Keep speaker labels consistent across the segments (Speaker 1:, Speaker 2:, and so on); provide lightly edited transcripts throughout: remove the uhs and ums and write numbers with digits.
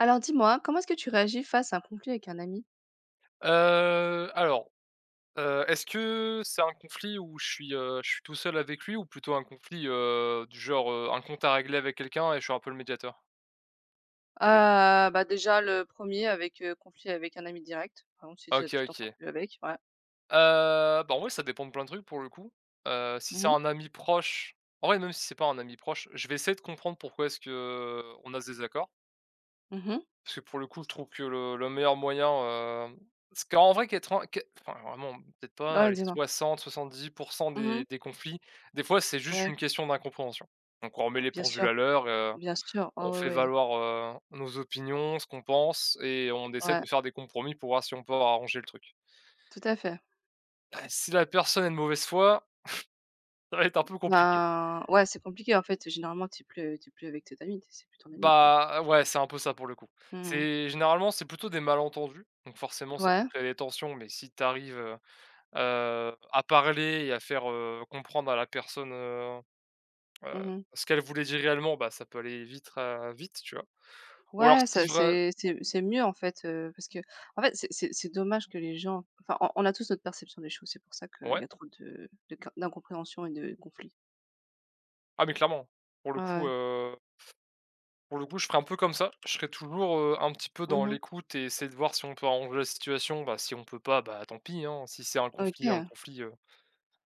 Speaker 1: Alors dis-moi, comment est-ce que tu réagis face à un conflit avec un ami?
Speaker 2: Alors, est-ce que c'est un conflit où je suis tout seul avec lui ou plutôt un conflit, du genre, un compte à régler avec quelqu'un et je suis un peu le médiateur? Ça dépend.
Speaker 1: Ah, bah déjà le premier avec, conflit avec un ami direct, par exemple si ça
Speaker 2: OK,
Speaker 1: tu t'entends
Speaker 2: OK.
Speaker 1: plus avec, ouais.
Speaker 2: Bah, en vrai, ça dépend de plein de trucs pour le coup. Si
Speaker 1: Mhm.
Speaker 2: c'est
Speaker 1: Mhm.
Speaker 2: un ami proche En vrai, même si c'est pas un ami proche, je vais essayer de comprendre pourquoi est-ce que on a ce désaccord. Parce que pour le coup, je trouve que le meilleur moyen, parce qu'en vrai 80 que enfin vraiment peut-être pas,
Speaker 1: Ouais,
Speaker 2: allez
Speaker 1: dis-moi.
Speaker 2: 60-70
Speaker 1: Mhm.
Speaker 2: des conflits, des fois, c'est juste
Speaker 1: Ouais,
Speaker 2: une question d'incompréhension. Donc on remet les
Speaker 1: bien
Speaker 2: pendules à
Speaker 1: sûr,
Speaker 2: l'heure,
Speaker 1: bien sûr.
Speaker 2: on
Speaker 1: Ah ouais,
Speaker 2: fait
Speaker 1: ouais.
Speaker 2: valoir, nos opinions, ce qu'on pense et on essaie
Speaker 1: Ouais,
Speaker 2: de faire des compromis pour voir si on peut arranger le truc.
Speaker 1: tout à fait.
Speaker 2: Bah, si la personne est de mauvaise foi, ça va être un peu compliqué.
Speaker 1: Ben, ouais, c'est compliqué en fait, généralement t'es plus avec cet ami, t'es c'est plus ton ami, quoi.
Speaker 2: Bah, ouais, c'est un peu ça pour le coup.
Speaker 1: Mhm.
Speaker 2: C'est généralement, c'est plutôt des malentendus, donc forcément ça peut
Speaker 1: Ouais.
Speaker 2: créer des tensions, mais si t'arrives à parler et à faire, comprendre à la personne,
Speaker 1: Mhm.
Speaker 2: ce qu'elle voulait dire réellement, bah, ça peut aller vite, tu vois? Ou alors
Speaker 1: Ouais,
Speaker 2: si
Speaker 1: ça
Speaker 2: vrai,
Speaker 1: c'est mieux en fait, parce que en fait, c'est dommage que les gens enfin, on a tous notre perception des choses, c'est pour ça qu'il y
Speaker 2: Ouais.
Speaker 1: a trop de q d'incompréhension et de conflits.
Speaker 2: Ah mais clairement. Pour le
Speaker 1: Ouais,
Speaker 2: coup,
Speaker 1: ouais.
Speaker 2: heu, pour le coup, je ferai un peu comme ça. Je serai toujours, un petit peu dans
Speaker 1: Mmh,
Speaker 2: l'écoute et essayer de voir si on peut arranger la situation. Bah, si on peut pas, bah, tant pis, hein. Si c'est un
Speaker 1: OK.
Speaker 2: conflit,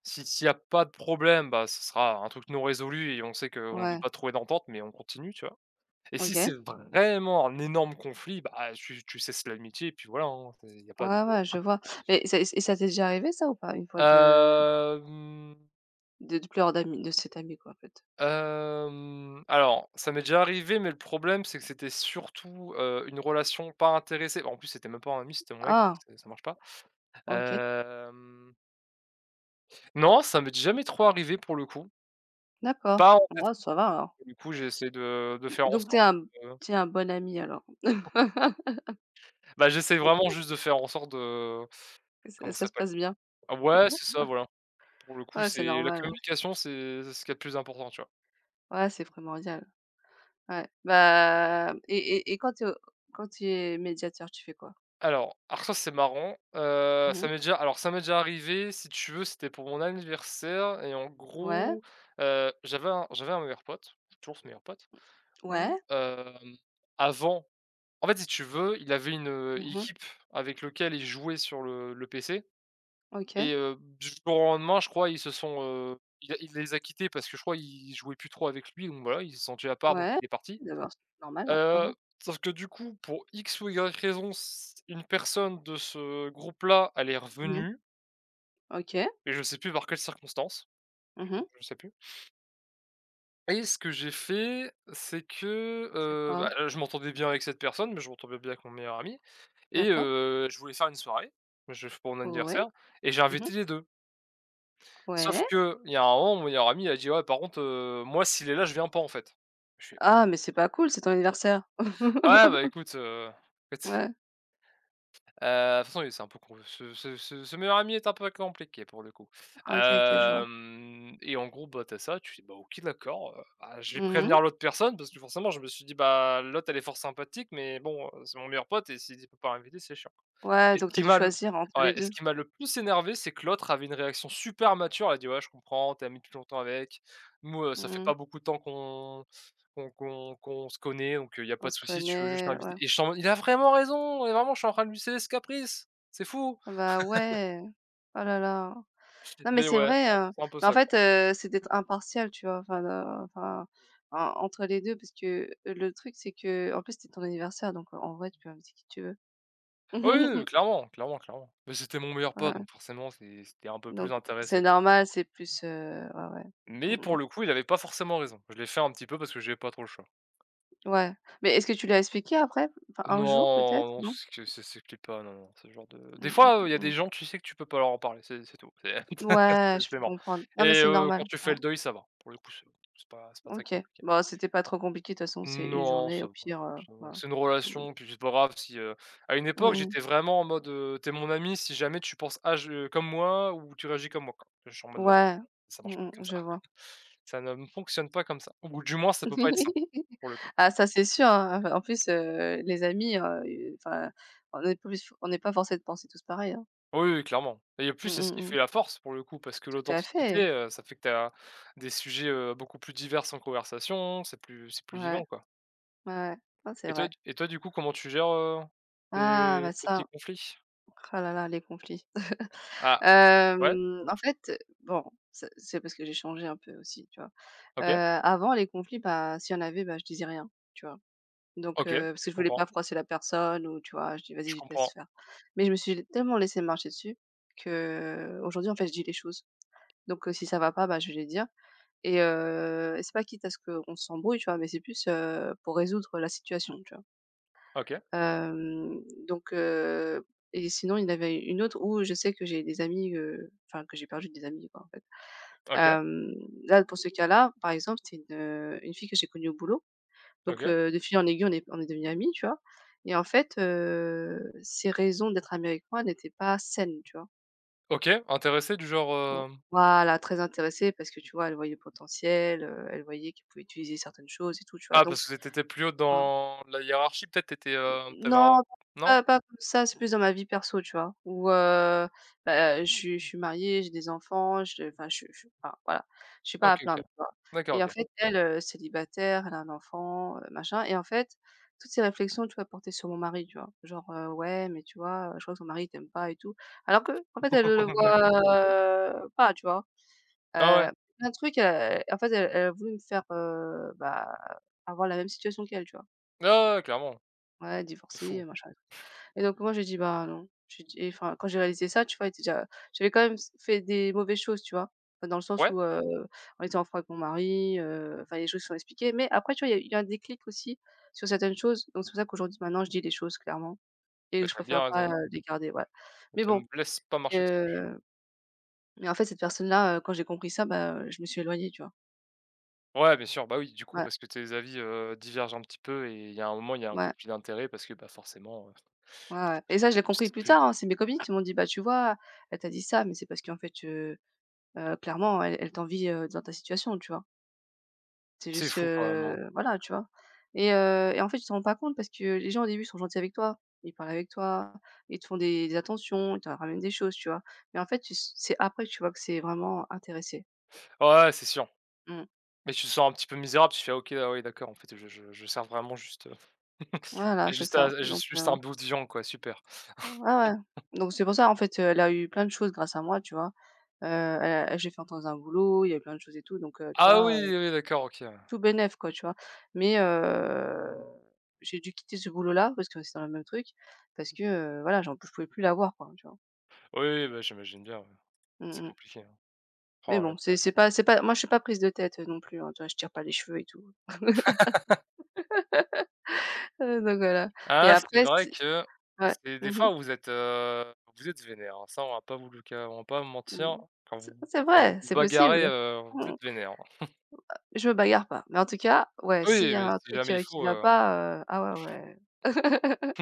Speaker 2: si s'il y a pas de problème, bah, ce sera un truc non résolu et on sait qu'on ne peut
Speaker 1: Ouais.
Speaker 2: pas trouver d'entente, mais on continue, tu vois? Et si c'est
Speaker 1: OK.
Speaker 2: vraiment un énorme conflit, bah, tu cesses l'amitié et puis voilà, hein, il y a pas de.
Speaker 1: Ouais, ouais, je vois. Mais ça et ça t'est déjà arrivé ça ou pas, une fois de
Speaker 2: hem,
Speaker 1: de de pleurer d'amis de cet ami quoi, en fait?
Speaker 2: alors ça m'est déjà arrivé, mais le problème c'est que c'était surtout, une relation pas intéressée. Bon, en plus, c'était même pas un ami, c'était mon mec,
Speaker 1: Ah!
Speaker 2: ça ça marche pas.
Speaker 1: OK.
Speaker 2: Hem, non, ça m'est jamais trop arrivé pour le coup,
Speaker 1: D'accord.
Speaker 2: pas en tête.
Speaker 1: Oh, ça va alors.
Speaker 2: Du coup, j'ai essayé de faire en
Speaker 1: Donc t'es
Speaker 2: sorte
Speaker 1: un
Speaker 2: de.
Speaker 1: t'es un bon ami alors?
Speaker 2: Bah, j'essaie vraiment juste de faire en sorte de
Speaker 1: Ça
Speaker 2: comment ça
Speaker 1: ça se
Speaker 2: s'appelle?
Speaker 1: passe bien?
Speaker 2: Ouais, c'est ça, voilà. Pour le coup,
Speaker 1: Ouais, c'est
Speaker 2: c'est la
Speaker 1: normal, hein.
Speaker 2: communication, c'est ce qu'il y a de plus important, tu vois?
Speaker 1: Ouais, c'est primordial. Ouais, bah et quand tu es médiateur, tu fais quoi?
Speaker 2: Alors ça, c'est marrant, ça
Speaker 1: Mmh,
Speaker 2: m'est déjà alors ça m'est déjà arrivé, si tu veux, c'était pour mon anniversaire et en
Speaker 1: ouais,
Speaker 2: gros, j'avais un meilleur pote, toujours ce meilleur pote, où,
Speaker 1: ouais.
Speaker 2: avant en fait, si tu veux, il avait une,
Speaker 1: Mmh,
Speaker 2: équipe avec lequel il jouait sur le PC et
Speaker 1: OK.
Speaker 2: du jour au lendemain, je crois, il les a quittés parce que je crois, ils jouaient plus trop avec lui, donc voilà, ils se sont sentis à part, donc
Speaker 1: Ouais.
Speaker 2: il est parti.
Speaker 1: D'accord, c'est normal, ouais. Mmh mh.
Speaker 2: Heu, Sauf que du coup, pour X ou Y raison, c une personne de ce groupe-là, elle est
Speaker 1: Mmh,
Speaker 2: revenue
Speaker 1: OK.
Speaker 2: et je sais plus par quelles circonstances,
Speaker 1: Mmh,
Speaker 2: je sais plus et ce que j'ai fait, c'est que,
Speaker 1: c'est
Speaker 2: bah,
Speaker 1: quoi?
Speaker 2: je m'entendais bien avec cette personne, mais je m'entendais bien avec mon meilleur ami et
Speaker 1: D'accord.
Speaker 2: je voulais faire une soirée, je f pour mon
Speaker 1: Ouais.
Speaker 2: anniversaire et j'ai
Speaker 1: Mmh,
Speaker 2: invité les deux. Sauf
Speaker 1: ouais.
Speaker 2: que il y a un moment, mon meilleur ami a dit: «Ouais, par contre, moi, s'il est là, je viens pas, en fait». Je fais:
Speaker 1: Ah, mais c'est pas cool, c'est ton anniversaire.
Speaker 2: «Ah bah, écoute,
Speaker 1: Ouais.
Speaker 2: De toute façon, oui, c'est un peu con. Ce meilleur ami est un peu compliqué pour le coup».
Speaker 1: OK, OK, je vois.
Speaker 2: Hem Et en gros, bah, tu ça, tu dis: «Bah, OK, d'accord, bah, je vais
Speaker 1: Mmh,
Speaker 2: prévenir l'autre personne» parce que forcément je me suis dit: «Bah, l'autre elle est fort sympathique mais bon, c'est mon meilleur pote et s'il ne peut pas inviter, c'est chiant». Et
Speaker 1: ouais,
Speaker 2: ce
Speaker 1: donc
Speaker 2: qui
Speaker 1: t'as dû
Speaker 2: m'a le
Speaker 1: choisir entre
Speaker 2: Ouais,
Speaker 1: les
Speaker 2: et ce
Speaker 1: deux.
Speaker 2: qui m'a le plus énervé, c'est que l'autre avait une réaction super mature. Elle a dit: «Ouais, je comprends, tu es ami depuis longtemps avec. Nous, ça fait pas
Speaker 1: Mmh.
Speaker 2: beaucoup de temps qu'on se connaît, donc il y a
Speaker 1: On
Speaker 2: pas de
Speaker 1: se
Speaker 2: souci, tu veux juste
Speaker 1: connaît,
Speaker 2: l'inviter»
Speaker 1: ouais.
Speaker 2: et j'étais en mode: «Il a vraiment raison et vraiment, je suis en train de lui céder ce caprice. C'est fou!»
Speaker 1: Ah bah ouais. Oh là là. Non, mais
Speaker 2: Mais
Speaker 1: c'est
Speaker 2: ouais,
Speaker 1: vrai,
Speaker 2: c'est un peu
Speaker 1: mais en
Speaker 2: ça, quoi.
Speaker 1: fait, c'est d'être impartial, tu vois? Enfin, enfin, en entre les 2, parce que, le truc, c'est que en plus, c'était ton anniversaire, donc en vrai, tu peux inviter qui tu veux.
Speaker 2: Oui, oui, oui, clairement, clairement, clairement. Mais c'était mon meilleur pote,
Speaker 1: Voilà,
Speaker 2: donc forcément, c'était un peu plus
Speaker 1: donc c'est
Speaker 2: intéressé, quoi.
Speaker 1: normal, c'est plus, ouais, ouais.
Speaker 2: Mais
Speaker 1: Mmh
Speaker 2: pour
Speaker 1: mh.
Speaker 2: le coup, il avait pas forcément raison. Je l'ai fait un petit peu parce que j'avais pas trop le choix.
Speaker 1: Ouais, mais est-ce que tu l'as expliqué après? Enfin, un jour
Speaker 2: Non,
Speaker 1: peut-être?
Speaker 2: non,
Speaker 1: Non?
Speaker 2: c'est que ça s'explique pas, non, non, ce genre de des
Speaker 1: Mmh mh,
Speaker 2: fois, il y a
Speaker 1: mmh
Speaker 2: des
Speaker 1: mh.
Speaker 2: gens, tu sais que tu peux pas leur en parler, c'est tout, c'est
Speaker 1: Ouais,
Speaker 2: c'est
Speaker 1: je
Speaker 2: c'est
Speaker 1: peux
Speaker 2: mort
Speaker 1: comprendre. Non, mais
Speaker 2: et
Speaker 1: c'est
Speaker 2: quand
Speaker 1: normal,
Speaker 2: tu fais
Speaker 1: ouais.
Speaker 2: le deuil, ça va. Pour le coup, c'est pas très
Speaker 1: OK.
Speaker 2: compliqué.
Speaker 1: Bon, c'était pas trop compliqué, de toute façon, c'est une
Speaker 2: Non,
Speaker 1: journée,
Speaker 2: ça
Speaker 1: au
Speaker 2: va,
Speaker 1: pire,
Speaker 2: ça va.
Speaker 1: voilà.
Speaker 2: C'est une
Speaker 1: Mmh mh.
Speaker 2: relation, puis c'est pas grave si, à une époque,
Speaker 1: Mmh,
Speaker 2: j'étais vraiment en mode, «Tu mon ami si jamais tu penses âge, je comme moi ou tu réagis comme moi», quoi. Je suis en mode: «Bah,
Speaker 1: ouais.
Speaker 2: ça marche pas
Speaker 1: Mmh
Speaker 2: comme
Speaker 1: mh,
Speaker 2: ça».
Speaker 1: je vois.
Speaker 2: Ça ne fonctionne pas comme ça ou du moins ça peut pas être sain, pour le coup.
Speaker 1: Ah ça c'est sûr, hein. En plus, les amis, enfin, on n'est pas forcé de penser tous pareil, hein.
Speaker 2: Oui, oui, clairement et en plus,
Speaker 1: Mmh
Speaker 2: c'est ce
Speaker 1: mh,
Speaker 2: qui fait
Speaker 1: mmh.
Speaker 2: la force pour le coup parce que
Speaker 1: Tout à
Speaker 2: l'authenticité,
Speaker 1: fait.
Speaker 2: ça fait que tu as des sujets, beaucoup plus divers en conversation, c'est plus
Speaker 1: Ouais,
Speaker 2: vivant, quoi.
Speaker 1: ouais, ouais. Ah, c'est
Speaker 2: et toi
Speaker 1: vrai.
Speaker 2: et toi, du coup, comment tu gères,
Speaker 1: Ah bah
Speaker 2: tes petits
Speaker 1: ça,
Speaker 2: conflits?
Speaker 1: oh là là, les conflits.
Speaker 2: Ah, ouais,
Speaker 1: En fait, bon, c'est parce que j'ai changé un peu aussi, tu vois? Heu,
Speaker 2: OK,
Speaker 1: avant les conflits, bah, s'il y en avait, bah, je disais rien, tu vois? Donc
Speaker 2: OK,
Speaker 1: parce
Speaker 2: je
Speaker 1: que je voulais
Speaker 2: comprends,
Speaker 1: pas froisser la personne ou tu vois? Je dis:
Speaker 2: je
Speaker 1: «Vas-y, je te laisse
Speaker 2: comprends.
Speaker 1: faire». Mais je me suis tellement laissée marcher dessus que aujourd'hui, en fait, je dis les choses. Donc, si ça va pas, bah, je vais lui dire et c'est pas quitte à ce qu'on s'embrouille, tu vois? Mais c'est plus, pour résoudre la situation, tu vois?
Speaker 2: OK,
Speaker 1: Hem, donc, et sinon, il y en avait une autre où je sais que j'ai des amis, enfin que j'ai perdu des amis, quoi, en fait.
Speaker 2: OK,
Speaker 1: Hem, Là, pour ce cas-là, par exemple, c'est une fille que j'ai connue au boulot. Donc,
Speaker 2: OK,
Speaker 1: de fil en aiguille, on est devenues amies, tu vois? Et en fait, ses raisons d'être amie avec moi n'étaient pas saines, tu vois?
Speaker 2: OK, intéressé du genre,
Speaker 1: Bon,
Speaker 2: heu
Speaker 1: voilà, très intéressée parce que, tu vois, elle voyait le potentiel, elle voyait qu'il pouvait utiliser certaines choses et tout, tu vois?
Speaker 2: Ah,
Speaker 1: Donc
Speaker 2: parce que tu étais plus haut
Speaker 1: enfin,
Speaker 2: dans la hiérarchie peut-être? T'avais
Speaker 1: non,
Speaker 2: un, non?
Speaker 1: pas comme ça, c'est plus dans ma vie perso, tu vois? Où, bah, je suis mariée, j'ai des enfants, je enfin, voilà, je suis pas à
Speaker 2: OK, OK,
Speaker 1: plaindre, tu vois?
Speaker 2: d'accord,
Speaker 1: Et en
Speaker 2: OK.
Speaker 1: fait, elle, célibataire, elle a un enfant, machin et en fait, toutes ces réflexions, tu vois, portées sur mon mari, tu vois? Genre: «Ouais, mais tu vois, je crois que ton mari t'aime pas et tout». Alors que en fait, elle le voit
Speaker 2: D'accord.
Speaker 1: pas, tu vois?
Speaker 2: Ah ouais,
Speaker 1: Heu, plein de trucs, en fait, elle a voulu me faire, bah, avoir la même situation qu'elle, tu vois?
Speaker 2: ah ouais, clairement,
Speaker 1: Ouais,
Speaker 2: c'est fou.
Speaker 1: divorcée, machin et tout et donc moi, j'ai dit: «Bah, non». J'ai dit enfin, quand j'ai réalisé ça, tu vois, j'avais quand même s fait des mauvaises choses, tu vois? Enfin, dans le sens
Speaker 2: Ouais,
Speaker 1: où, on était en froid avec mon mari, enfin, les choses se sont expliquées mais après, tu vois, il y a eu un déclic aussi sur certaines choses donc c'est pour ça qu'aujourd'hui, maintenant, je dis les choses clairement et
Speaker 2: bah,
Speaker 1: je
Speaker 2: tu bien
Speaker 1: préfère pas,
Speaker 2: raison.
Speaker 1: les garder, ouais mais
Speaker 2: Ça
Speaker 1: bon,
Speaker 2: me laisse pas marcher dessus.
Speaker 1: heu, mais en fait, cette personne-là, quand j'ai compris ça, bah, je me suis éloignée, tu vois?
Speaker 2: Ouais, bien sûr, bah oui, du coup,
Speaker 1: Ouais,
Speaker 2: parce que tes avis, divergent un petit peu et il y a un moment, il y a un
Speaker 1: ouais.
Speaker 2: conflit d'intérêts parce que, bah, forcément,
Speaker 1: Ouais, ouais et ça, je l'ai
Speaker 2: je
Speaker 1: compris
Speaker 2: sais
Speaker 1: plus
Speaker 2: plus.
Speaker 1: tard, hein. C'est mes copines qui m'ont dit: «Bah, tu vois, elle t'a dit ça, mais c'est parce qu'en fait, clairement, elle t'envie, dans ta situation», tu vois? C'est
Speaker 2: C'est
Speaker 1: juste
Speaker 2: fou quand même,
Speaker 1: que
Speaker 2: hein.
Speaker 1: voilà, tu vois? Et en fait, tu te rends pas compte parce que les gens, au début, sont gentils avec toi. Ils parlent avec toi, ils te font des attentions, ils te ramènent des choses, tu vois? Mais en fait, tu s c'est après que tu vois que c'est vraiment intéressé.
Speaker 2: Ouais, ouais, c'est sûr.
Speaker 1: Mmh.
Speaker 2: Mais tu te sens un petit peu misérable, tu fais: ah, «OK, ah oui, d'accord, en fait, je sers vraiment juste,
Speaker 1: Voilà, c'est
Speaker 2: juste à
Speaker 1: ça.
Speaker 2: je
Speaker 1: Donc
Speaker 2: suis juste un bout de viande, quoi, super».
Speaker 1: ouais, ouais. Donc c'est pour ça, en fait, elle a eu plein de choses grâce à moi, tu vois? Elle a j'ai fait entendre un boulot, il y a eu plein de choses et tout, donc tu
Speaker 2: Ah oui,
Speaker 1: vois?
Speaker 2: oui, oui, d'accord, OK, ouais.
Speaker 1: Tout bénef quoi, tu vois? Mais j'ai dû quitter ce boulot-là parce que c'est dans le même truc, parce que, voilà, j'en je pouvais plus l'avoir quoi, tu vois?
Speaker 2: Oui, oui, bah, j'imagine bien, ouais.
Speaker 1: Mmh
Speaker 2: C'est
Speaker 1: mh.
Speaker 2: compliqué, hein.
Speaker 1: Mais
Speaker 2: Oh là,
Speaker 1: bon, c'est
Speaker 2: terrible.
Speaker 1: c'est pas c'est pas moi je suis pas prise de tête, non plus, hein, tu vois? Je tire pas les cheveux et tout. Donc voilà et
Speaker 2: Ah, c'est
Speaker 1: après
Speaker 2: vrai
Speaker 1: si
Speaker 2: que
Speaker 1: ouais.
Speaker 2: c'est des
Speaker 1: Mmh mh.
Speaker 2: fois vous êtes vénère, hein. Ça, on va pas vous mentir.
Speaker 1: Mmh.
Speaker 2: Quand
Speaker 1: C'est
Speaker 2: vous
Speaker 1: c'est
Speaker 2: quand vous
Speaker 1: vrai,
Speaker 2: vous
Speaker 1: c'est
Speaker 2: bagarrez,
Speaker 1: possible.
Speaker 2: vous
Speaker 1: Mmh.
Speaker 2: êtes vénère, hein.
Speaker 1: Je me bagarre pas. Mais en tout cas, ouais, s'il
Speaker 2: Oui,
Speaker 1: y
Speaker 2: mais
Speaker 1: a un
Speaker 2: si
Speaker 1: truc,
Speaker 2: jamais il
Speaker 1: qui
Speaker 2: faut,
Speaker 1: va pas, ah ouais, ouais.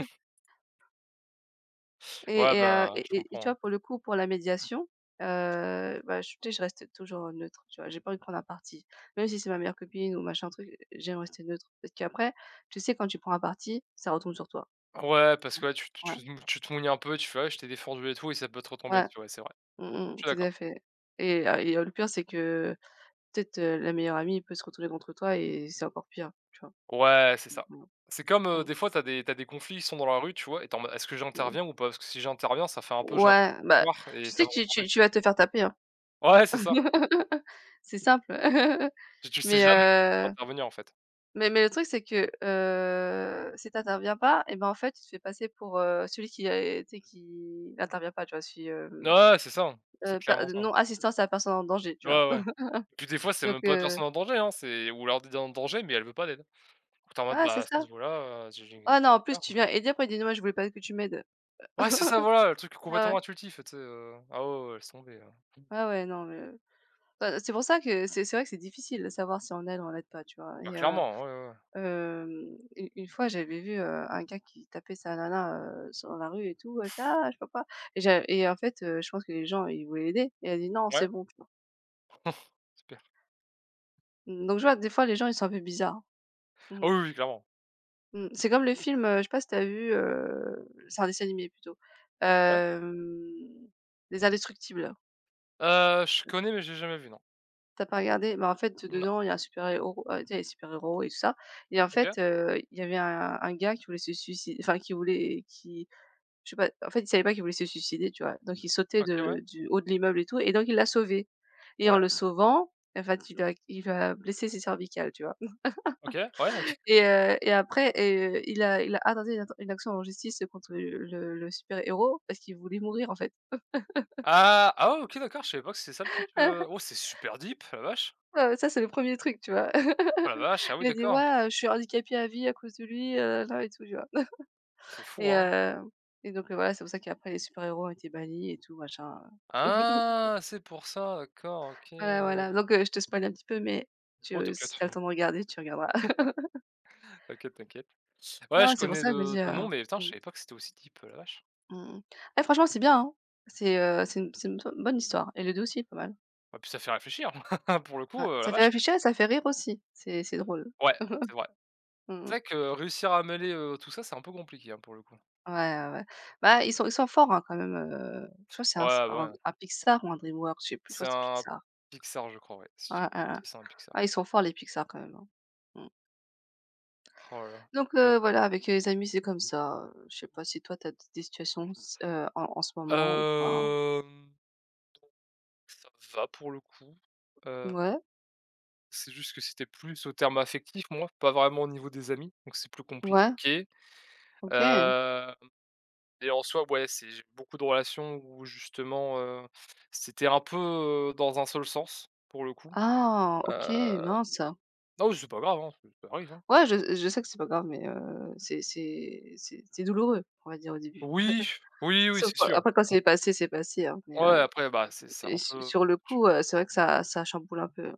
Speaker 2: ouais,
Speaker 1: Et et heu
Speaker 2: bah, je
Speaker 1: et et et tu
Speaker 2: comprends.
Speaker 1: vois, pour le coup, pour la médiation, bah, je tu sais, je reste toujours, neutre, tu vois? J'ai pas envie de prendre un parti. Même si c'est ma meilleure copine ou machin truc, j'aime rester neutre. Parce qu'après, tu sais, quand tu prends un parti, ça retourne sur toi.
Speaker 2: Ouais, parce que, ouais, tu tu
Speaker 1: Ouais,
Speaker 2: tu te mou tu te mouilles un peu, tu fais: «Ouais, je t'ai défendu et tout» et ça peut te retomber
Speaker 1: ouais,
Speaker 2: dessus, ouais, c'est vrai.
Speaker 1: mmh
Speaker 2: Je
Speaker 1: mh,
Speaker 2: suis
Speaker 1: tout
Speaker 2: d'accord.
Speaker 1: à fait le pire, c'est que peut-être, la meilleure amie peut se retourner contre toi et c'est encore pire, tu vois?
Speaker 2: Ouais, c'est
Speaker 1: Mmh
Speaker 2: ça.
Speaker 1: mh.
Speaker 2: C'est comme,
Speaker 1: Mmh.
Speaker 2: des fois, t'as des conflits, qui sont dans la rue, tu vois? Et tu en mode: «Est-ce que
Speaker 1: Mmh,
Speaker 2: j'interviens ou pas?» parce que si j'interviens, ça fait un peu genre
Speaker 1: ouais, bah,
Speaker 2: et
Speaker 1: tu
Speaker 2: ça
Speaker 1: sais
Speaker 2: va
Speaker 1: que
Speaker 2: me
Speaker 1: tu
Speaker 2: retomber
Speaker 1: tu tu
Speaker 2: dessus.
Speaker 1: vas te faire taper, hein.
Speaker 2: Ouais, c'est ça.
Speaker 1: C'est simple.
Speaker 2: Tu sais
Speaker 1: Mais
Speaker 2: jamais quand tu peux
Speaker 1: heu
Speaker 2: intervenir, en fait.
Speaker 1: mais le truc, c'est que, si tu interviens pas et ben, en fait, tu te fais passer pour, celui qui est tu sais, qui n'intervient pas, tu vois? Celui,
Speaker 2: Ouais, c'est ça, hein, c'est
Speaker 1: per
Speaker 2: clairement ça.
Speaker 1: non assistance à la personne en danger, tu vois?
Speaker 2: Ouais, ouais. Et puis des fois, c'est
Speaker 1: Donc
Speaker 2: même pas la personne en danger, hein, c'est ou alors d'idée en danger, mais elle veut pas d'aide. Tu es en mode,
Speaker 1: ah,
Speaker 2: bah,
Speaker 1: c'est
Speaker 2: à ce
Speaker 1: ça.
Speaker 2: niveau-là, j'ai OK,
Speaker 1: Ah non, en plus,
Speaker 2: d'accord.
Speaker 1: tu viens aider, après, il dit: «Non, mais je voulais pas que tu m'aides».
Speaker 2: Ouais, c'est ça, voilà, le truc
Speaker 1: Ah
Speaker 2: complètement
Speaker 1: ouais.
Speaker 2: intuitif, tu sais, ah ouais, ouais, laisse tomber.
Speaker 1: Ouais, ouais, non, mais, bah, c'est pour ça que c'est vrai que c'est difficile de savoir si on aide ou on n'aide pas, tu vois?
Speaker 2: Bah,
Speaker 1: Et
Speaker 2: clairement, ouais, ouais,
Speaker 1: Hem, u une fois, j'avais vu, un gars qui tapait sa nana, sur dans la rue et tout, elle fait: «Ah, je peux pas» et en fait, je pense que les gens, ils voulaient l'aider et elle dit: «Non,
Speaker 2: ouais.
Speaker 1: c'est
Speaker 2: Ouais?
Speaker 1: bon», tu vois?
Speaker 2: Super.
Speaker 1: Mmh, donc je vois, des fois, les gens, ils sont un peu bizarres.
Speaker 2: Ah
Speaker 1: Mmh
Speaker 2: oui, oui, clairement.
Speaker 1: mh, mmh. C'est comme le film, je sais pas si t'as vu, c'est un dessin animé plutôt,
Speaker 2: Ouais.
Speaker 1: hem, Les Indestructibles.
Speaker 2: Je connais, mais j'ai jamais vu, non.
Speaker 1: T'as pas regardé? Bah, en fait,
Speaker 2: Non.
Speaker 1: dedans, il y a un super héros, tu sais, les super héros et tout ça et en
Speaker 2: OK,
Speaker 1: fait, il y avait un gars qui voulait se suicider, enfin qui voulait qui Je sais pas, en fait, il savait pas qu'il voulait se suicider, tu vois? Donc il sautait
Speaker 2: OK, ouais.
Speaker 1: de du haut de l'immeuble et tout et donc il l'a sauvé et en
Speaker 2: Ouais,
Speaker 1: le sauvant, en fait, il a blessé ses cervicales, tu vois?
Speaker 2: OK, ouais, OK.
Speaker 1: Et après il a intenté une action en justice contre le super-héros parce qu'il voulait mourir, en fait.
Speaker 2: Ah! Ah ouais, OK, d'accord, je savais pas que c'était ça le pitch, oh, c'est super deep, la vache!
Speaker 1: Ça, c'est le premier truc, tu vois?
Speaker 2: Oh la vache, ah oui,
Speaker 1: Il a dit:
Speaker 2: d'accord.
Speaker 1: «Ouais, je suis handicapé à vie à cause de lui, là et tout», tu vois?
Speaker 2: C'est fou,
Speaker 1: Et
Speaker 2: hein.
Speaker 1: heu et donc voilà, c'est pour ça qu'après les super-héros ont été bannis et tout machin.
Speaker 2: Ah! C'est pour ça, d'accord, OK.
Speaker 1: Voilà, voilà, donc je te spoil un petit peu, mais tu
Speaker 2: Oh
Speaker 1: si
Speaker 2: t'inquiète,
Speaker 1: tu as le temps de regarder, tu regarderas.
Speaker 2: t'inquiète, t'inquiète. Ouais,
Speaker 1: Non,
Speaker 2: je
Speaker 1: c'est pour
Speaker 2: connais
Speaker 1: ça que je me
Speaker 2: de
Speaker 1: dis,
Speaker 2: de nom mais putain, je
Speaker 1: mmh,
Speaker 2: savais pas que c'était aussi deep, la vache.
Speaker 1: mmh mh. Eh franchement, c'est bien, hein. C'est une bo bonne histoire et le 2 aussi est pas mal.
Speaker 2: Ah puis ça fait réfléchir, pour le coup,
Speaker 1: Ouais,
Speaker 2: la
Speaker 1: ça fait
Speaker 2: vache.
Speaker 1: réfléchir et ça fait rire aussi. C'est drôle.
Speaker 2: Ouais, c'est vrai.
Speaker 1: Mmh
Speaker 2: C'est
Speaker 1: mh.
Speaker 2: vrai que réussir à mêler, tout ça, c'est un peu compliqué, hein, pour le coup.
Speaker 1: Ouais, ouais, ouais. Bah, ils sont forts, hein, quand même, je crois que c'est
Speaker 2: Ouais,
Speaker 1: un s
Speaker 2: bah,
Speaker 1: un
Speaker 2: ouais.
Speaker 1: un Pixar ou un DreamWorks, je sais plus, je
Speaker 2: C'est
Speaker 1: crois que c'est
Speaker 2: un
Speaker 1: Pixar.
Speaker 2: Pixar, je crois, ouais. Si je dis
Speaker 1: Ouais,
Speaker 2: pas de
Speaker 1: ouais, ouais.
Speaker 2: bêtises, c'est un
Speaker 1: Ah,
Speaker 2: Pixar.
Speaker 1: ils sont forts les Pixar quand même, hein. Mmh.
Speaker 2: Oh là là,
Speaker 1: Donc
Speaker 2: terrible.
Speaker 1: voilà, avec les amis, c'est comme ça, je sais pas si toi tu as des situations s en en ce moment ou pas?
Speaker 2: Hem, Ça va pour le coup. Heu,
Speaker 1: Ouais,
Speaker 2: c'est juste que c'était plus au terme affectif, moi, pas vraiment au niveau des amis, donc c'est plus
Speaker 1: ouais,
Speaker 2: compliqué.
Speaker 1: OK.
Speaker 2: Heu Et en soi, ouais, c'est j'ai beaucoup de relations où justement, c'était un peu, dans un seul sens, pour le coup.
Speaker 1: Ah, OK,
Speaker 2: Heu,
Speaker 1: mince.
Speaker 2: non, c'est pas grave, hein, ça ça arrive, hein.
Speaker 1: Ouais, je sais que c'est pas grave, mais c'est douloureux, on va dire, au début.
Speaker 2: Oui, oui, oui,
Speaker 1: Sauf
Speaker 2: c'est
Speaker 1: que
Speaker 2: sûr.
Speaker 1: après quand c'est passé, hein, mais
Speaker 2: Ouais, après, bah, c'est
Speaker 1: et
Speaker 2: un
Speaker 1: su
Speaker 2: peu
Speaker 1: sur le coup, c'est vrai que ça chamboule un peu.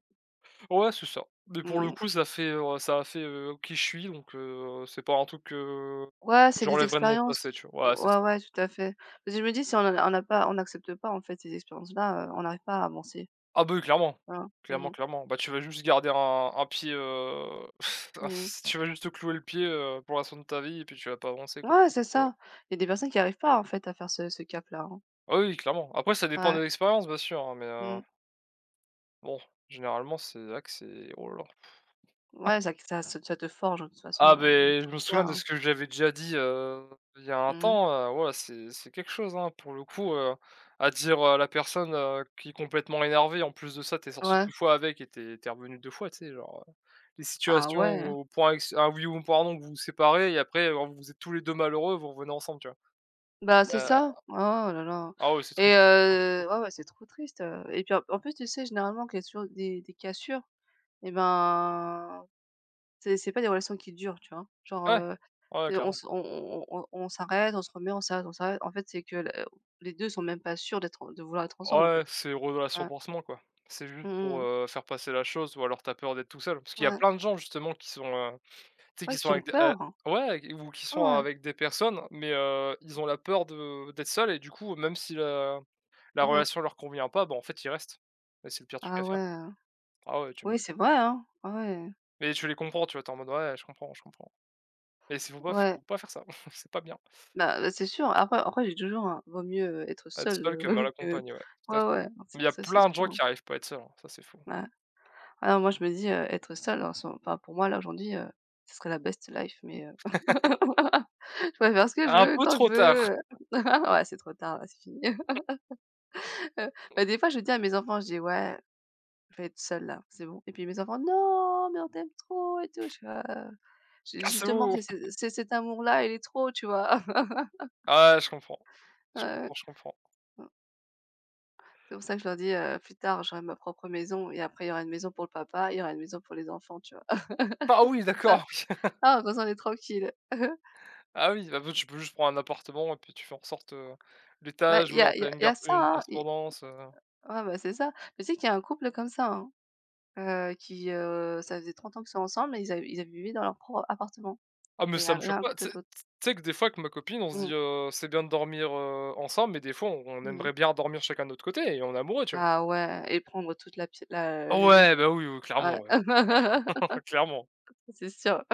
Speaker 2: ouais, c'est ça. Mais pour le
Speaker 1: Mmh.
Speaker 2: coup, ça a fait, qui je suis, donc c'est pas un truc,
Speaker 1: Ouais, c'est des
Speaker 2: j'enlèverais de mon
Speaker 1: expériences.
Speaker 2: passé, tu vois? Ouais, c'est
Speaker 1: Ouais,
Speaker 2: ça, quoi.
Speaker 1: ouais, tout à fait. Parce que je me dis si on n'a pas on n'accepte pas, en fait, ces expériences-là, on n'arrive pas à avancer,
Speaker 2: Ah bah oui, clairement.
Speaker 1: voilà. Mmh
Speaker 2: Clairement,
Speaker 1: mh.
Speaker 2: clairement. Bah, tu vas juste garder un pied,
Speaker 1: Mmh.
Speaker 2: si tu vas juste te clouer le pied, pour le restant de ta vie et puis tu vas pas avancer, quoi.
Speaker 1: Ouais,
Speaker 2: Du
Speaker 1: c'est
Speaker 2: coup.
Speaker 1: ça. Il y a des personnes qui n'arrivent pas, en fait, à faire ce cap-là, hein.
Speaker 2: Ah oui, clairement. Après ça dépend
Speaker 1: Ouais.
Speaker 2: des expériences bien sûr, hein, mais
Speaker 1: Mmh.
Speaker 2: bon, généralement c'est vrai que c'est oh là là.
Speaker 1: Ouais, ça te forge, de toute façon,
Speaker 2: Ah
Speaker 1: dans
Speaker 2: ben, je
Speaker 1: tous
Speaker 2: me
Speaker 1: les cas,
Speaker 2: souviens de
Speaker 1: hein.
Speaker 2: ce que j'avais déjà dit, il y a un
Speaker 1: Mmh.
Speaker 2: temps, ouais, c'est quelque chose, hein, pour le coup, à dire, à la personne, qui est complètement énervée, en plus de ça, t'es sorti
Speaker 1: Ouais.
Speaker 2: 2 fois avec et t'es es revenu 2 fois, tu sais? Genre, les
Speaker 1: Ah
Speaker 2: situations
Speaker 1: ouais,
Speaker 2: où
Speaker 1: hein.
Speaker 2: au point ex un oui ou un point vous vous séparez et après, vous êtes tous les 2 malheureux, vous revenez ensemble, tu vois?
Speaker 1: Bah, c'est
Speaker 2: Heu,
Speaker 1: ça. Oh là là,
Speaker 2: ah ouais, c'est
Speaker 1: et
Speaker 2: triste.
Speaker 1: ouais, ouais, c'est trop triste, et puis, en en plus, tu sais, généralement, quand il y a toujours des cassures et ben, c'est pas des relations qui durent, tu vois? Genre,
Speaker 2: Ouais, ouais, ouais,
Speaker 1: on
Speaker 2: clairement.
Speaker 1: se on on on on s'arrête, on se remet, on s'arrête, on s'arrête. En fait, c'est que le les 2 sont même pas sûrs d'être en de vouloir être ensemble, en
Speaker 2: Ouais,
Speaker 1: fait.
Speaker 2: c'est une relation
Speaker 1: Ouais.
Speaker 2: pansement, quoi. C'est juste pour,
Speaker 1: Mmh.
Speaker 2: faire passer la chose ou alors tu as peur d'être tout seul. Parce qu'il y a
Speaker 1: Ouais.
Speaker 2: plein de gens justement qui sont, tu sais,
Speaker 1: Ouais,
Speaker 2: qui sont
Speaker 1: qui ont
Speaker 2: avec des
Speaker 1: peur.
Speaker 2: ouais ou qui
Speaker 1: Ah
Speaker 2: sont
Speaker 1: ouais.
Speaker 2: avec des personnes, mais ils ont la peur de d'être seuls et du coup, même si la
Speaker 1: Mmh.
Speaker 2: relation leur convient pas, bah, en fait, ils restent et c'est le pire truc à
Speaker 1: Ah
Speaker 2: faire.
Speaker 1: ouais, hein.
Speaker 2: Ah ouais, tu
Speaker 1: Oui,
Speaker 2: m'étonnes.
Speaker 1: c'est vrai, hein. Ah ouais.
Speaker 2: Mais tu les comprends, tu vois? Tu es en mode: «Ouais, je comprends» et c'est faut pas faut
Speaker 1: Ouais.
Speaker 2: pas faire ça, c'est pas bien.
Speaker 1: Bah, c'est sûr. Après j'ai toujours un vaut mieux, être
Speaker 2: Être
Speaker 1: seul
Speaker 2: seul que mal
Speaker 1: que
Speaker 2: accompagné, ouais, tout à
Speaker 1: ouais,
Speaker 2: fait.
Speaker 1: ouais, hein,
Speaker 2: Mais il
Speaker 1: c'est
Speaker 2: y a
Speaker 1: ça c'est
Speaker 2: plein de gens
Speaker 1: sûr, hein.
Speaker 2: qui arrivent pas à être seuls, hein, ça c'est fou.
Speaker 1: Ouais. Ah moi je me dis, être seul enfin pour moi là aujourd'hui, ce serait la best life mais je pourrais faire ce que je
Speaker 2: Un
Speaker 1: veux,
Speaker 2: peu
Speaker 1: quand je
Speaker 2: trop tard,
Speaker 1: veux. Ouais, c'est trop tard là, c'est fini. Heu, bah, des fois je dis à mes enfants, je dis: «Ouais, je vais être seule là, c'est bon» et puis mes enfants: «Non, mais on t'aime trop et tout». Je fais: «Ah». Je dis: «Justement,
Speaker 2: cassez-vous!
Speaker 1: c'est cet amour-là, il est trop», tu vois?
Speaker 2: Ah ouais, je comprends. Je
Speaker 1: Ouais.
Speaker 2: comprends, je comprends.
Speaker 1: C'est pour ça que je leur dis, «Plus tard, j'aurai ma propre maison et après il y aura une maison pour le papa, il y aura une maison pour les enfants», tu vois?
Speaker 2: Ah oui,
Speaker 1: Comme ça,
Speaker 2: d'accord,
Speaker 1: ah, comme ça on est tranquille.
Speaker 2: Ah oui, bah, tu peux juste prendre un appartement et puis tu fais en sorte,
Speaker 1: Bah,
Speaker 2: l'étage ou
Speaker 1: il y
Speaker 2: alors
Speaker 1: a il y
Speaker 2: tu
Speaker 1: a
Speaker 2: une
Speaker 1: il y
Speaker 2: garde
Speaker 1: a
Speaker 2: une
Speaker 1: ça, hein, et
Speaker 2: correspondance.
Speaker 1: ouais, bah, c'est ça. Mais tu sais qu'il y a un couple comme ça, hein, qui, ça faisait 30 ans qu'ils sont ensemble et ils avaient vivaient dans leur propre appartement
Speaker 2: Ah mais
Speaker 1: et
Speaker 2: ça
Speaker 1: à
Speaker 2: me choque
Speaker 1: l'un à
Speaker 2: pas,
Speaker 1: côté
Speaker 2: tu
Speaker 1: de
Speaker 2: sais
Speaker 1: l'autre.
Speaker 2: tu sais que des fois avec ma copine, on se
Speaker 1: Mmh.
Speaker 2: dit, «C'est bien de dormir, ensemble», mais des fois, on
Speaker 1: Mmh.
Speaker 2: aimerait bien dormir chacun de notre côté et on est amoureux, tu vois?
Speaker 1: Ah ouais, et prendre toute la pié la
Speaker 2: Ah
Speaker 1: le lit,
Speaker 2: ouais,
Speaker 1: quoi.
Speaker 2: bah, oui, oui, clairement,
Speaker 1: Ouais.
Speaker 2: ouais. Ouais, clairement.
Speaker 1: C'est sûr.